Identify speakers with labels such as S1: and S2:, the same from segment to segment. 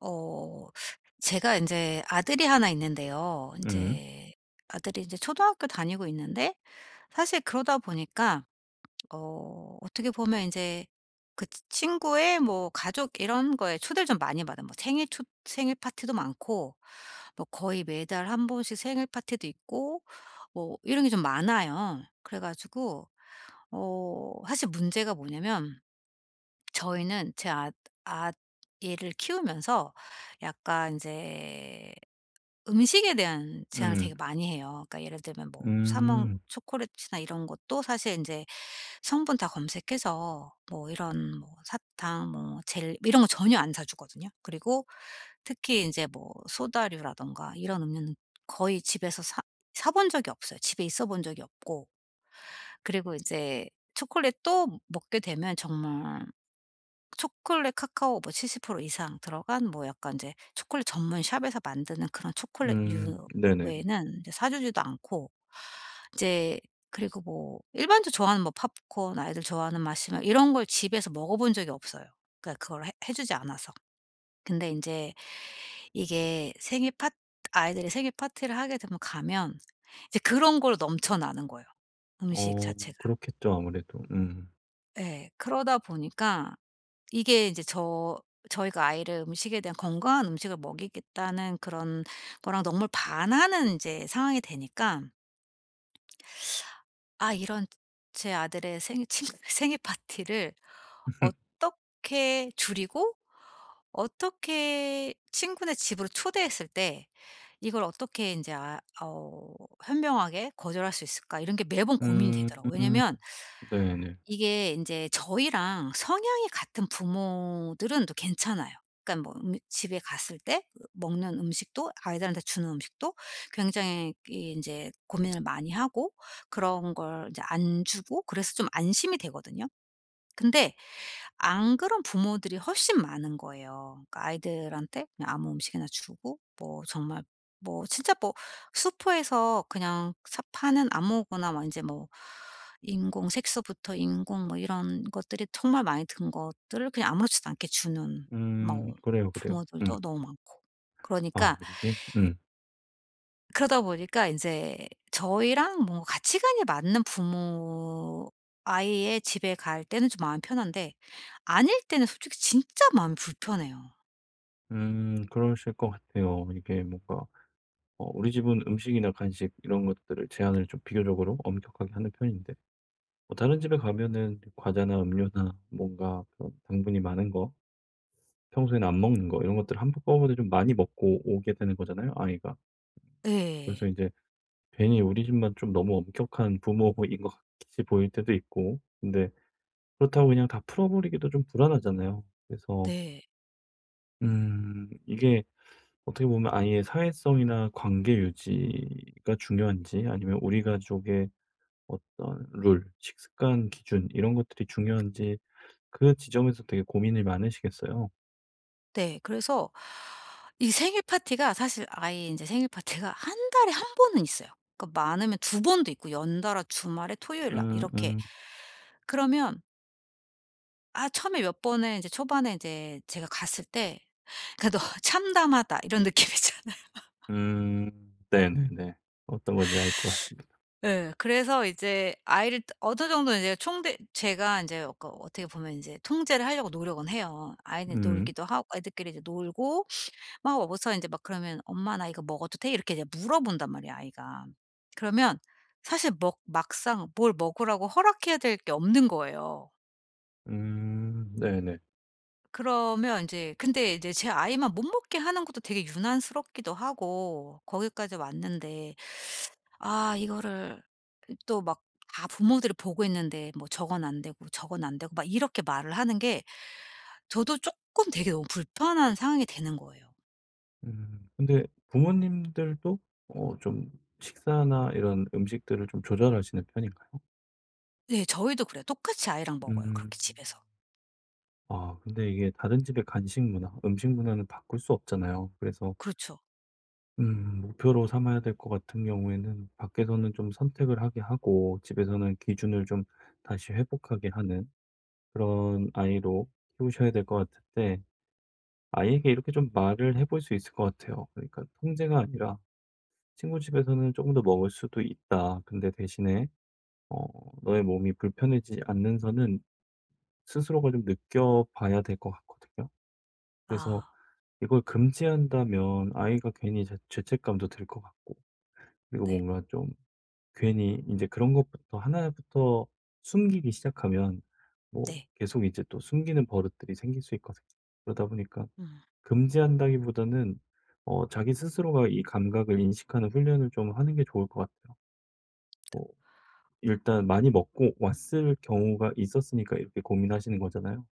S1: 어 제가 이제 아들이 하나 있는데요. 이
S2: 음.
S1: 제 아들이 이제 초등학교 다니고 있는데, 사실 그러다 보니까 어떻게 보면 이제 그 친구의 뭐 가족 이런 거에 초대를 좀 많이 받아요. 뭐 생일 파티도 많고, 뭐 거의 매달 한 번씩 생일 파티도 있고, 뭐 이런 게 좀 많아요. 그래 가지고, 사실 문제가 뭐냐면 저희는 제 아 아 얘를 키우면서 약간 이제 음식에 대한 제한을 되게
S2: 음.
S1: 많이 해요. 그러니까 예를 들면 뭐 사먹
S2: 음.
S1: 초콜릿이나 이런 것도 사실 이제 성분 다 검색해서 뭐 이런 뭐 사탕 뭐 젤 이런 거 전혀 안 사 주거든요. 그리고 특히 이제 뭐 소다류라든가 이런 음료는 거의 집에서 사 사본 적이 없어요. 집에 있어 본 적이 없고, 그리고 이제 초콜릿도 먹게 되면 정말 초콜릿 카카오 뭐 70% 이상 들어간, 뭐 약간 이제 초콜릿 전문 샵에서 만드는 그런 초콜릿류
S2: 네네.
S1: 외에는 제사 주지도 않고 이제. 그리고 뭐 일반적으로 좋아하는 뭐 팝콘, 아이들 좋아하는 맛이면 이런 걸 집에서 먹어 본 적이 없어요. 그러니까 그걸 해 주지 않아서. 근데 이제 이게 생일 파 아이들이 생일 파티를 하게 되면, 가면 이제 그런 걸로 넘쳐나는 거예요, 음식 자체가.
S2: 그렇겠죠, 아무래도.
S1: 예. 그러다 보니까 이게 이제 저희가 아이를 음식에 대한 건강한 음식을 먹이겠다는 그런 거랑 너무 반하는 인제 상황이 되니까, '아 이런 제 아들의 생일 친 생일 파티를 어떻게 줄이고, 어떻게 친구네 집으로 초대했을 때 이걸 어떻게 인제 현명하게 거절할 수 있을까?' 이런 게 매번 고민이
S2: 음.
S1: 되더라고요. 왜냐면
S2: 네네.
S1: 이게 인제 저희랑 성향이 같은 부모들은 또 괜찮아요. 그러니까 뭐 집에 갔을 때 먹는 음식도, 아이들한테 주는 음식도 굉장히 이 인제 고민을 많이 하고 그런 걸 인제 안 주고 그래서 좀 안심이 되거든요. 근데 안 그런 부모들이 훨씬 많은 거예요. 그러니까 아이들한테 그냥 아무 음식이나 주고 뭐 정말 뭐 진짜 뭐 슈퍼에서 그냥 사 파는 아무거나 막 인제 뭐 인공 색소부터 인공 뭐 이런 것들이 정말 많이 든 것들을 그냥 아무렇지도 않게 주는 뭐
S2: 그래요, 그래요.
S1: 부모들도 너무 많고.
S2: 아
S1: 그러니까
S2: 이게
S1: 그러다 보니까 인제 저희랑 뭔가 가치관이 맞는 부모, 아이의 집에 갈 때는 좀 마음이 편한데, 아닐 때는 솔직히 진짜 마음이 불편해요.
S2: 그러실 것 같아요. 이게 뭔가 우리 집은 음식이나 간식 이런 것들을 제한을 좀 비교적으로 엄격하게 하는 편인데 뭐 다른 집에 가면은 과자나 음료나 뭔가 그런 당분이 많은 거, 평소에는 안 먹는 거, 이런 것들을 한꺼번에 좀 많이 먹고 오게 되는 거잖아요, 아이가. 그래서
S1: 예.
S2: 이제 괜히 우리 집만 좀 너무 엄격한 부모인 것 같이 보일 때도 있고, 근데 그렇다고 그냥 다 풀어버리기도 좀 불안하잖아요. 그래서
S1: 네.
S2: 이게 어떻게 보면 아이의 사회성이나 관계 유지가 중요한지, 아니면 우리 가족의 어떤 룰, 식습관 기준 이런 것들이 중요한지, 그 지점에서 되게 고민이 많으시겠어요.
S1: 네. 그래서 이 생일 파티가 사실, 아이 인제 생일 파티가 한 달에 한 번은 있어요. 그러니까 많으면 두 번도 있고 연달아 주말에 토요일 날
S2: 음
S1: 이렇게.
S2: 음
S1: 그러면 아 처음에 몇 번에, 인제 초반에 인제 제가 갔을 때 그래도 '참담하다.' 이런 느낌이잖아요.
S2: 네네네. 어떤 건지 알 것 같습니다.
S1: 예. 그래서 이제 아이를 어느 정도 이제 총대, 제가 인제 그 어떻게 보면 인제 통제를 하려고 노력은 해요. 아이는
S2: 음.
S1: 놀기도 하고 애들끼리 이제 놀고 막 와서 인제 막 그러면 "엄마 나 이거 먹어도 돼?" 이렇게 이제 물어본단 말이에요, 아이가. 그러면 사실 먹 막상 뭘 먹으라고 허락해야 될 게 없는 거예요.
S2: 네네.
S1: 그러면 인제 근데 이제 제 아이만 못 먹게 하는 것도 되게 유난스럽기도 하고 거기까지 왔는데, 아 이거를 그 또막 다 부모들이 보고 있는데 뭐 "저건 안 되고 저건 안 되고." 막 이렇게 말을 하는 게 저도 쪼끔 되게 너무 불편한 상황이 되는 거예요.
S2: 근데 부모님들도 좀 식사나 이런 음식들을 좀 조절하시는 편인가요?
S1: 네, 저희도 그래요. 똑같이 아이랑 먹어요, 그렇게
S2: 음.
S1: 집에서.
S2: 아 근데 이게 다른 집의 간식 문화, 음식 문화는 바꿀 수 없잖아요. 그래서
S1: 그렇죠.
S2: 목표로 삼아야 될 것 같은 경우에는 밖에서는 좀 선택을 하게 하고, 집에서는 기준을 좀 다시 회복하게 하는 그런 아이로 키우셔야 될 것 같은데, 아이에게 이렇게 좀 말을 해볼 수 있을 것 같아요. 그러니까 통제가 아니라 "친구 집에서는 조금 더 먹을 수도 있다. 근데 대신에" 어 너의 몸이 불편해지지 않는 선은 스스로가 좀 느껴봐야 될 것 같거든요. 그래서
S1: 아
S2: 이걸 금지한다면 아이가 괜히 자 죄책감도 들 것 같고, 그리고
S1: 네.
S2: 뭔가 좀 괜히 이제 그런 것부터 하나부터 숨기기 시작하면 뭐
S1: 네.
S2: 계속 이제 또 숨기는 버릇들이 생길 수 있거든요. 그러다 보니까
S1: 음.
S2: 금지한다기보다는 자기 스스로가 이 감각을 인식하는 훈련을 좀 하는 게 좋을 것 같아요. 뭐 일단 많이 먹고 왔을 경우가 있었으니까 이렇게 고민하시는 거잖아요.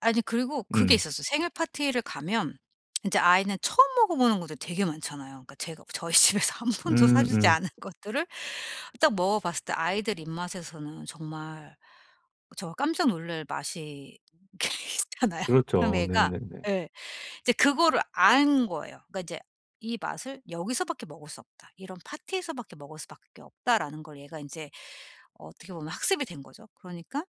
S1: 아니, 그리고 그게
S2: 음.
S1: 있었어요. 생일 파티를 가면 인제 아이는 처음 먹어보는 것도 되게 많잖아요. 그러니까 제가 저희 집에서 한 번도 사주지
S2: 음음.
S1: 않은 것들을 딱 먹어봤을 때 아이들 입맛에서는 정말 정말 깜짝 놀랄 맛이 이게 있잖아요. 그럼
S2: 그렇죠.
S1: 애가,
S2: 네네네.
S1: 예, 이제 그거를 안 거예요. 그러니까 이제 '이 맛을 여기서밖에 먹을 수 없다. 이런 파티에서밖에 먹을 수밖에 없다.'라는 걸 얘가 인제 어떻게 보면 학습이 된 거죠. 그러니까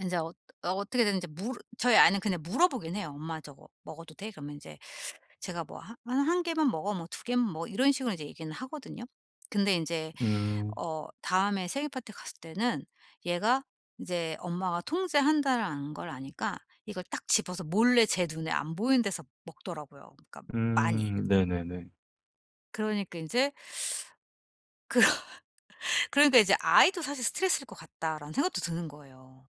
S1: 이제 어떻게든 인제 물 저희 아이는 그냥 물어보긴 해요. "엄마 저거 먹어도 돼?" 그러면 이제 제가 뭐 "한 한 개만 먹어." 뭐 "두 개만 먹어." 이런 식으로 이제 얘기는 하거든요. 근데 인제
S2: 음.
S1: 다음에 생일 파티 갔을 때는 얘가 이제 엄마가 통제한다라는 걸 아니까 이걸 딱 집어서 몰래 제 눈에 안 보이는 데서 먹더라고요. 그러니까 많이.
S2: 네네네.
S1: 그러니까 인제 그 그러니까 이제 '아이도 사실 스트레스일 것 같다.'라는 생각도 드는 거예요.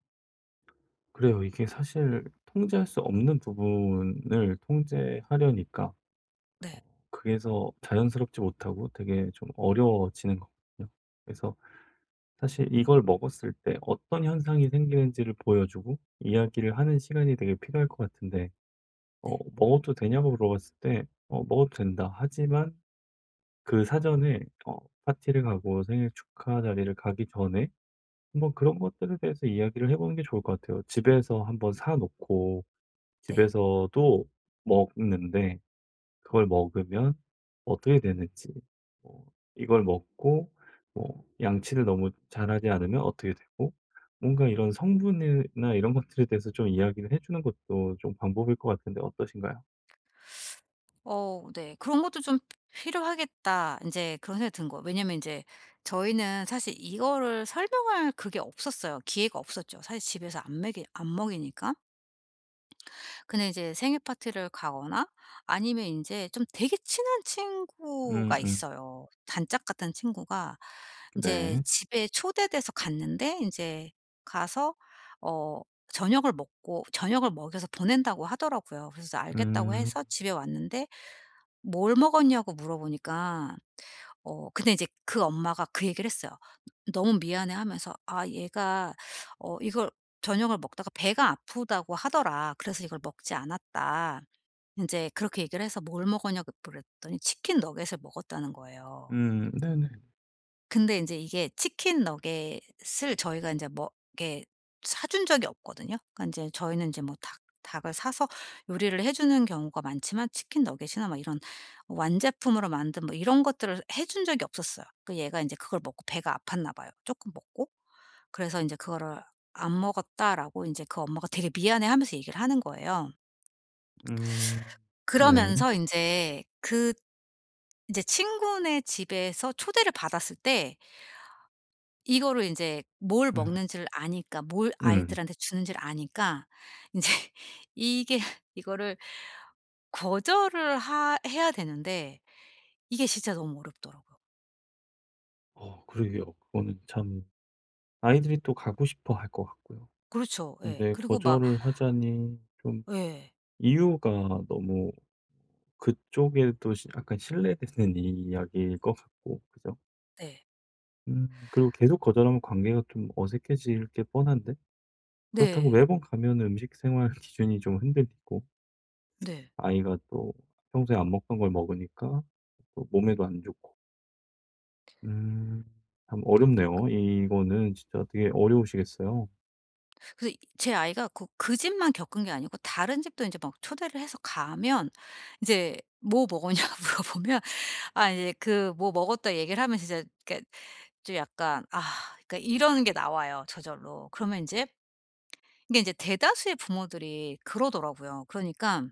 S2: 그래요. 이게 사실 통제할 수 없는 부분을 통제하려니까,
S1: 네.
S2: 그래서 자연스럽지 못하고 되게 좀 어려워지는 거거든요. 그래서 사실 이걸 먹었을 때 어떤 현상이 생기는지를 보여주고 이야기를 하는 시간이 되게 필요할 것 같은데,
S1: 네.
S2: "먹어도 되냐?"고 물어봤을 때 "어 먹어도 된다. 하지만" 그 사전에 어 파티를 가고 생일 축하 자리를 가기 전에 한번 그런 것들에 대해서 이야기를 해 보는 게 좋을 것 같아요. 집에서 한번 사 놓고
S1: 네.
S2: 집에서도 먹는데, 그걸 먹으면 어떻게 되는지, 뭐 이걸 먹고 뭐 양치를 너무 잘하지 않으면 어떻게 되고, 뭔가 이런 성분이나 이런 것들에 대해서 좀 이야기를 해 주는 것도 좀 방법일 것 같은데, 어떠신가요?
S1: 어 네. 그런 것도 좀 '필요하겠다.' 이제 그런 생각이 든 거예요. 왜냐면 이제 저희는 사실 이거를 설명할 그게 없었어요. 기회가 없었죠. 사실 집에서 안 먹이니까. 근데 이제 생일 파티를 가거나, 아니면 이제 좀 되게 친한 친구가
S2: 음음.
S1: 있어요. 단짝 같은 친구가 이제
S2: 네.
S1: 집에 초대돼서 갔는데, 이제 가서 어 저녁을 먹고 저녁을 먹여서 보낸다고 하더라고요. 그래서 알겠다고
S2: 음.
S1: 해서 집에 왔는데, "뭘 먹었냐."고 물어보니까 근데 이제 그 엄마가 그 얘기를 했어요. 너무 미안해하면서 "아 얘가 이걸 저녁을 먹다가 배가 아프다고 하더라. 그래서 이걸 먹지 않았다." 인제 그렇게 얘기를 해서 "뭘 먹었냐."고 물었더니 치킨 너겟을 먹었다는 거예요.
S2: 네네.
S1: 근데 인제 이게 치킨 너겟을 저희가 인제 뭐 이렇게 사준 적이 없거든요. 그러니까 인제 저희는 인제 뭐 닭 닭을 사서 요리를 해 주는 경우가 많지만, 치킨 너겟이나 막 이런 완제품으로 만든 뭐 이런 것들을 해준 적이 없었어요. 그 얘가 인제 그걸 먹고 배가 아팠나 봐요, 쪼끔 먹고. 그래서 인제 "그거를 안 먹었다."라고 인제 그 엄마가 되게 미안해하면서 얘기를 하는 거예요.
S2: 음. 네.
S1: 그러면서 인제 그, 인제 친구네 집에서 초대를 받았을 때 이거를 인제 뭘
S2: 음.
S1: 먹는지를 아니까, 뭘
S2: 음.
S1: 아이들한테 주는지를 아니까 인제 이게 이거를 거절을 하 해야 되는데 이게 진짜 너무 어렵더라고요.
S2: 그러게요. 그거는 참 아이들이 또 가고 싶어 할 것 같고요.
S1: 그렇죠. 예.
S2: 근데
S1: 그리고 막
S2: 거절을 하자니 좀
S1: 예.
S2: 이유가 너무, 그쪽에도 시 약간 신뢰되는 이야기일 것 같고, 그죠?
S1: 네.
S2: 그리고 계속 거절하면 관계가 좀 어색해질 게 뻔한데, 그렇다고
S1: 네.
S2: 매번 가면 음식 생활 기준이 좀 흔들리고,
S1: 네.
S2: 아이가 또 평소에 안 먹던 걸 먹으니까 또 몸에도 안 좋고. 음. 참 어렵네요. 이거는 진짜 되게 어려우시겠어요.
S1: 그래서 이 제 아이가 그 집만 겪은 게 아니고 다른 집도 인제 막 초대를 해서 가면 인제 "뭐 먹었냐?" 물어보면 아 이제 그 뭐 먹었다 얘기를 하면 진짜 그러니까 좀 약간, 아 그러니까 이런 게 나와요, 저절로. 그러면 인제 이게 이제 대다수의 부모들이 그러더라고요. 그러니까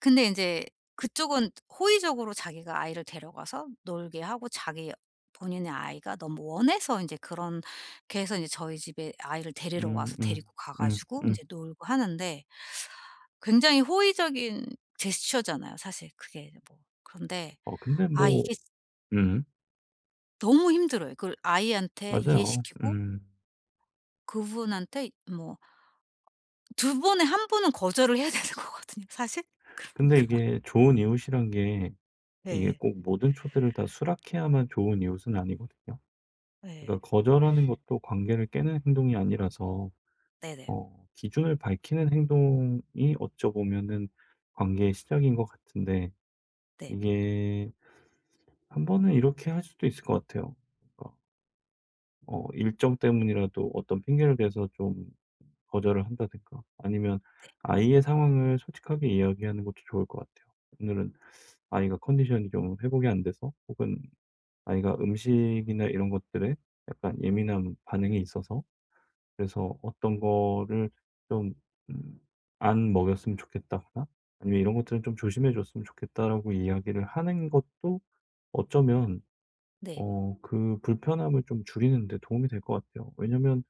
S1: 근데 인제 그쪽은 호의적으로 자기가 아이를 데려가서 놀게 하고, 자기 본인의 아이가 너무 원해서 인제 그런 게 해서 인제 저희 집에 아이를 데리러
S2: 음
S1: 와서
S2: 음.
S1: 데리고 가
S2: 음
S1: 가지고
S2: 음.
S1: 인제 놀고 하는데, 굉장히 호의적인 제스처잖아요, 사실 그게 뭐. 그런데
S2: 근데
S1: 아
S2: 뭐
S1: 이게
S2: 음.
S1: 너무 힘들어요. 그걸 아이한테
S2: 맞아요.
S1: 이해시키고, 그분한테 뭐 두 번에 한 번은 거절을 해야 되는 거거든요, 사실.
S2: 근데
S1: 그러니까.
S2: 이게 좋은 이웃이란 게, 이게
S1: 네.
S2: 꼭 모든 초대를 다 수락해야만 좋은 이웃은 아니거든요.
S1: 네.
S2: 그러니까 거절하는 것도 관계를 깨는 행동이 아니라서
S1: 네네.
S2: 기준을 밝히는 행동이 어쩌 보면은 관계의 시작인 것 같은데,
S1: 네.
S2: 이게 한 번은 이렇게 할 수도 있을 것 같아요. 그러니까 일정 때문이라도 어떤 핑계를 대서 좀 거절을 한다든가, 아니면 아이의 상황을 솔직하게 이야기하는 것도 좋을 것 같아요. "오늘은 아이가 컨디션이 좀 회복이 안 돼서, 혹은 아이가 음식이나 이런 것들에 약간 예민한 반응이 있어서, 그래서 어떤 거를 좀 음 안 먹였으면 좋겠다."거나 아니면 "이런 것들은 좀 조심해 줬으면 좋겠다."라고 이야기를 하는 것도 어쩌면
S1: 네.
S2: 그 불편함을 좀 줄이는 데 도움이 될 것 같아요. 왜냐면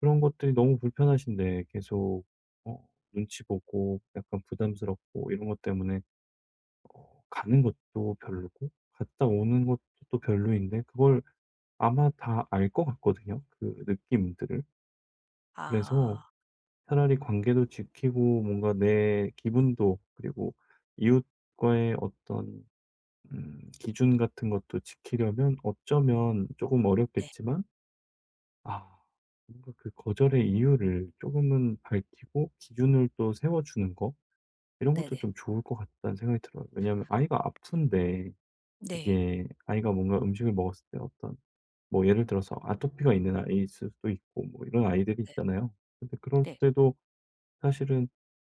S2: 그런 것들이 너무 불편하신데 계속 눈치 보고 약간 부담스럽고 이런 것 때문에 가는 것도 별로고 갔다 오는 것도 또 별로인데, 그걸 아마 다 알 것 같거든요, 그 느낌들을. 그래서
S1: 아.
S2: 차라리 관계도 지키고 뭔가 내 기분도, 그리고 이웃과의 어떤 기준 같은 것도 지키려면 어쩌면 조금
S1: 네.
S2: 어렵겠지만 아. 뭔가 그 거절의 이유를 조금은 밝히고 기준을 또 세워주는 거, 이런 것도
S1: 네네.
S2: 좀 좋을 것 같다는 생각이 들어요. 왜냐하면 아이가 아픈데,
S1: 네.
S2: 이게 아이가 뭔가 음식을 먹었을 때 어떤 뭐 예를 들어서 아토피가 있는 아이일 수도 있고 뭐 이런 아이들이
S1: 네.
S2: 있잖아요. 근데 그럴
S1: 네.
S2: 때도 사실은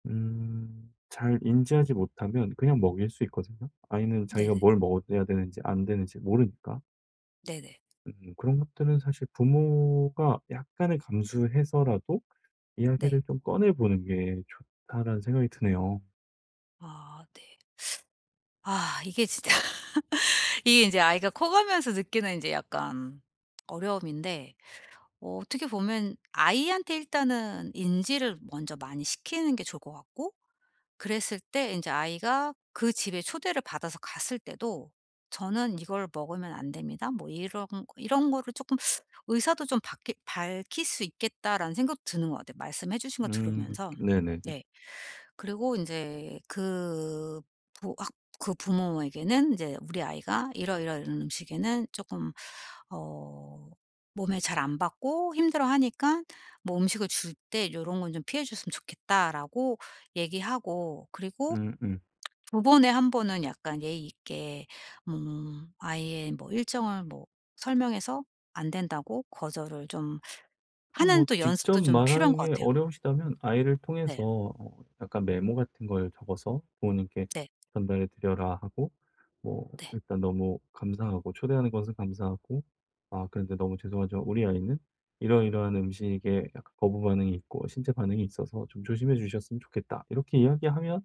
S2: 잘 인지하지 못하면 그냥 먹일 수 있거든요. 아이는
S1: 네네.
S2: 자기가 뭘 먹어야 되는지 안 되는지 모르니까.
S1: 네네.
S2: 그런 것들은 사실 부모가 약간의 감수해서라도
S1: 네.
S2: 이야기를 좀 꺼내 보는 게 좋다라는 생각이 드네요.
S1: 아 네. 아 이게 진짜 이게 인제 아이가 커가면서 느끼는 인제 약간 어려움인데, 어떻게 보면 아이한테 일단은 인지를 먼저 많이 시키는 게 좋을 것 같고, 그랬을 때 이제 아이가 그 집에 초대를 받아서 갔을 때도 "저는 이걸 먹으면 안 됩니다." 뭐 이런 이런 거를 쪼끔 의사도 좀 밝히 밝힐 수 있겠다라는 생각도 드는 것 같아요, 말씀해 주신 거 들으면서.
S2: 네네네.
S1: 네. 그리고 이제 그 부 학 그 부모에게는 이제 "우리 아이가 이러이러이런 음식에는 조금 어 몸에 잘 안 받고 힘들어하니까 뭐 음식을 줄 때 이런 건 좀 피해 줬으면 좋겠다."라고 얘기하고, 그리고
S2: 음음.
S1: 두 번에 한 번은 약간 예의 있게 아이의 뭐 일정을 뭐 설명해서 안 된다고 거절을 좀
S2: 근데
S1: 하는
S2: 뭐
S1: 또
S2: 직접
S1: 연습도 좀 필요한
S2: 말하는
S1: 것
S2: 게
S1: 같아요.
S2: 어려우시다면 아이를
S1: 네.
S2: 통해서 약간 메모 같은 걸 적어서 부모님께
S1: 네.
S2: "전달해 드려라." 하고 뭐
S1: 네.
S2: "일단 너무 감사하고 초대하는 것은 감사하고, 아 그런데 너무 죄송하지만 우리 아이는 이러이러한 음식에 약간 거부 반응이 있고 신체 반응이 있어서 좀 조심해 주셨으면 좋겠다." 이렇게 이야기하면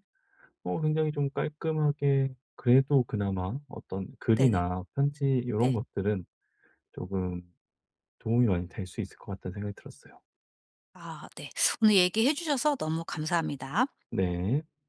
S2: 굉장히 좀 깔끔하게, 그래도 그나마 어떤
S1: 네네. 네.
S2: 글이나 편지 이런
S1: 네.
S2: 것들은 조금 도움이 많이 될 수 있을 것 같다는 생각이 들었어요.
S1: 아 네. 오늘 얘기해 주셔서 너무 감사합니다.
S2: 네.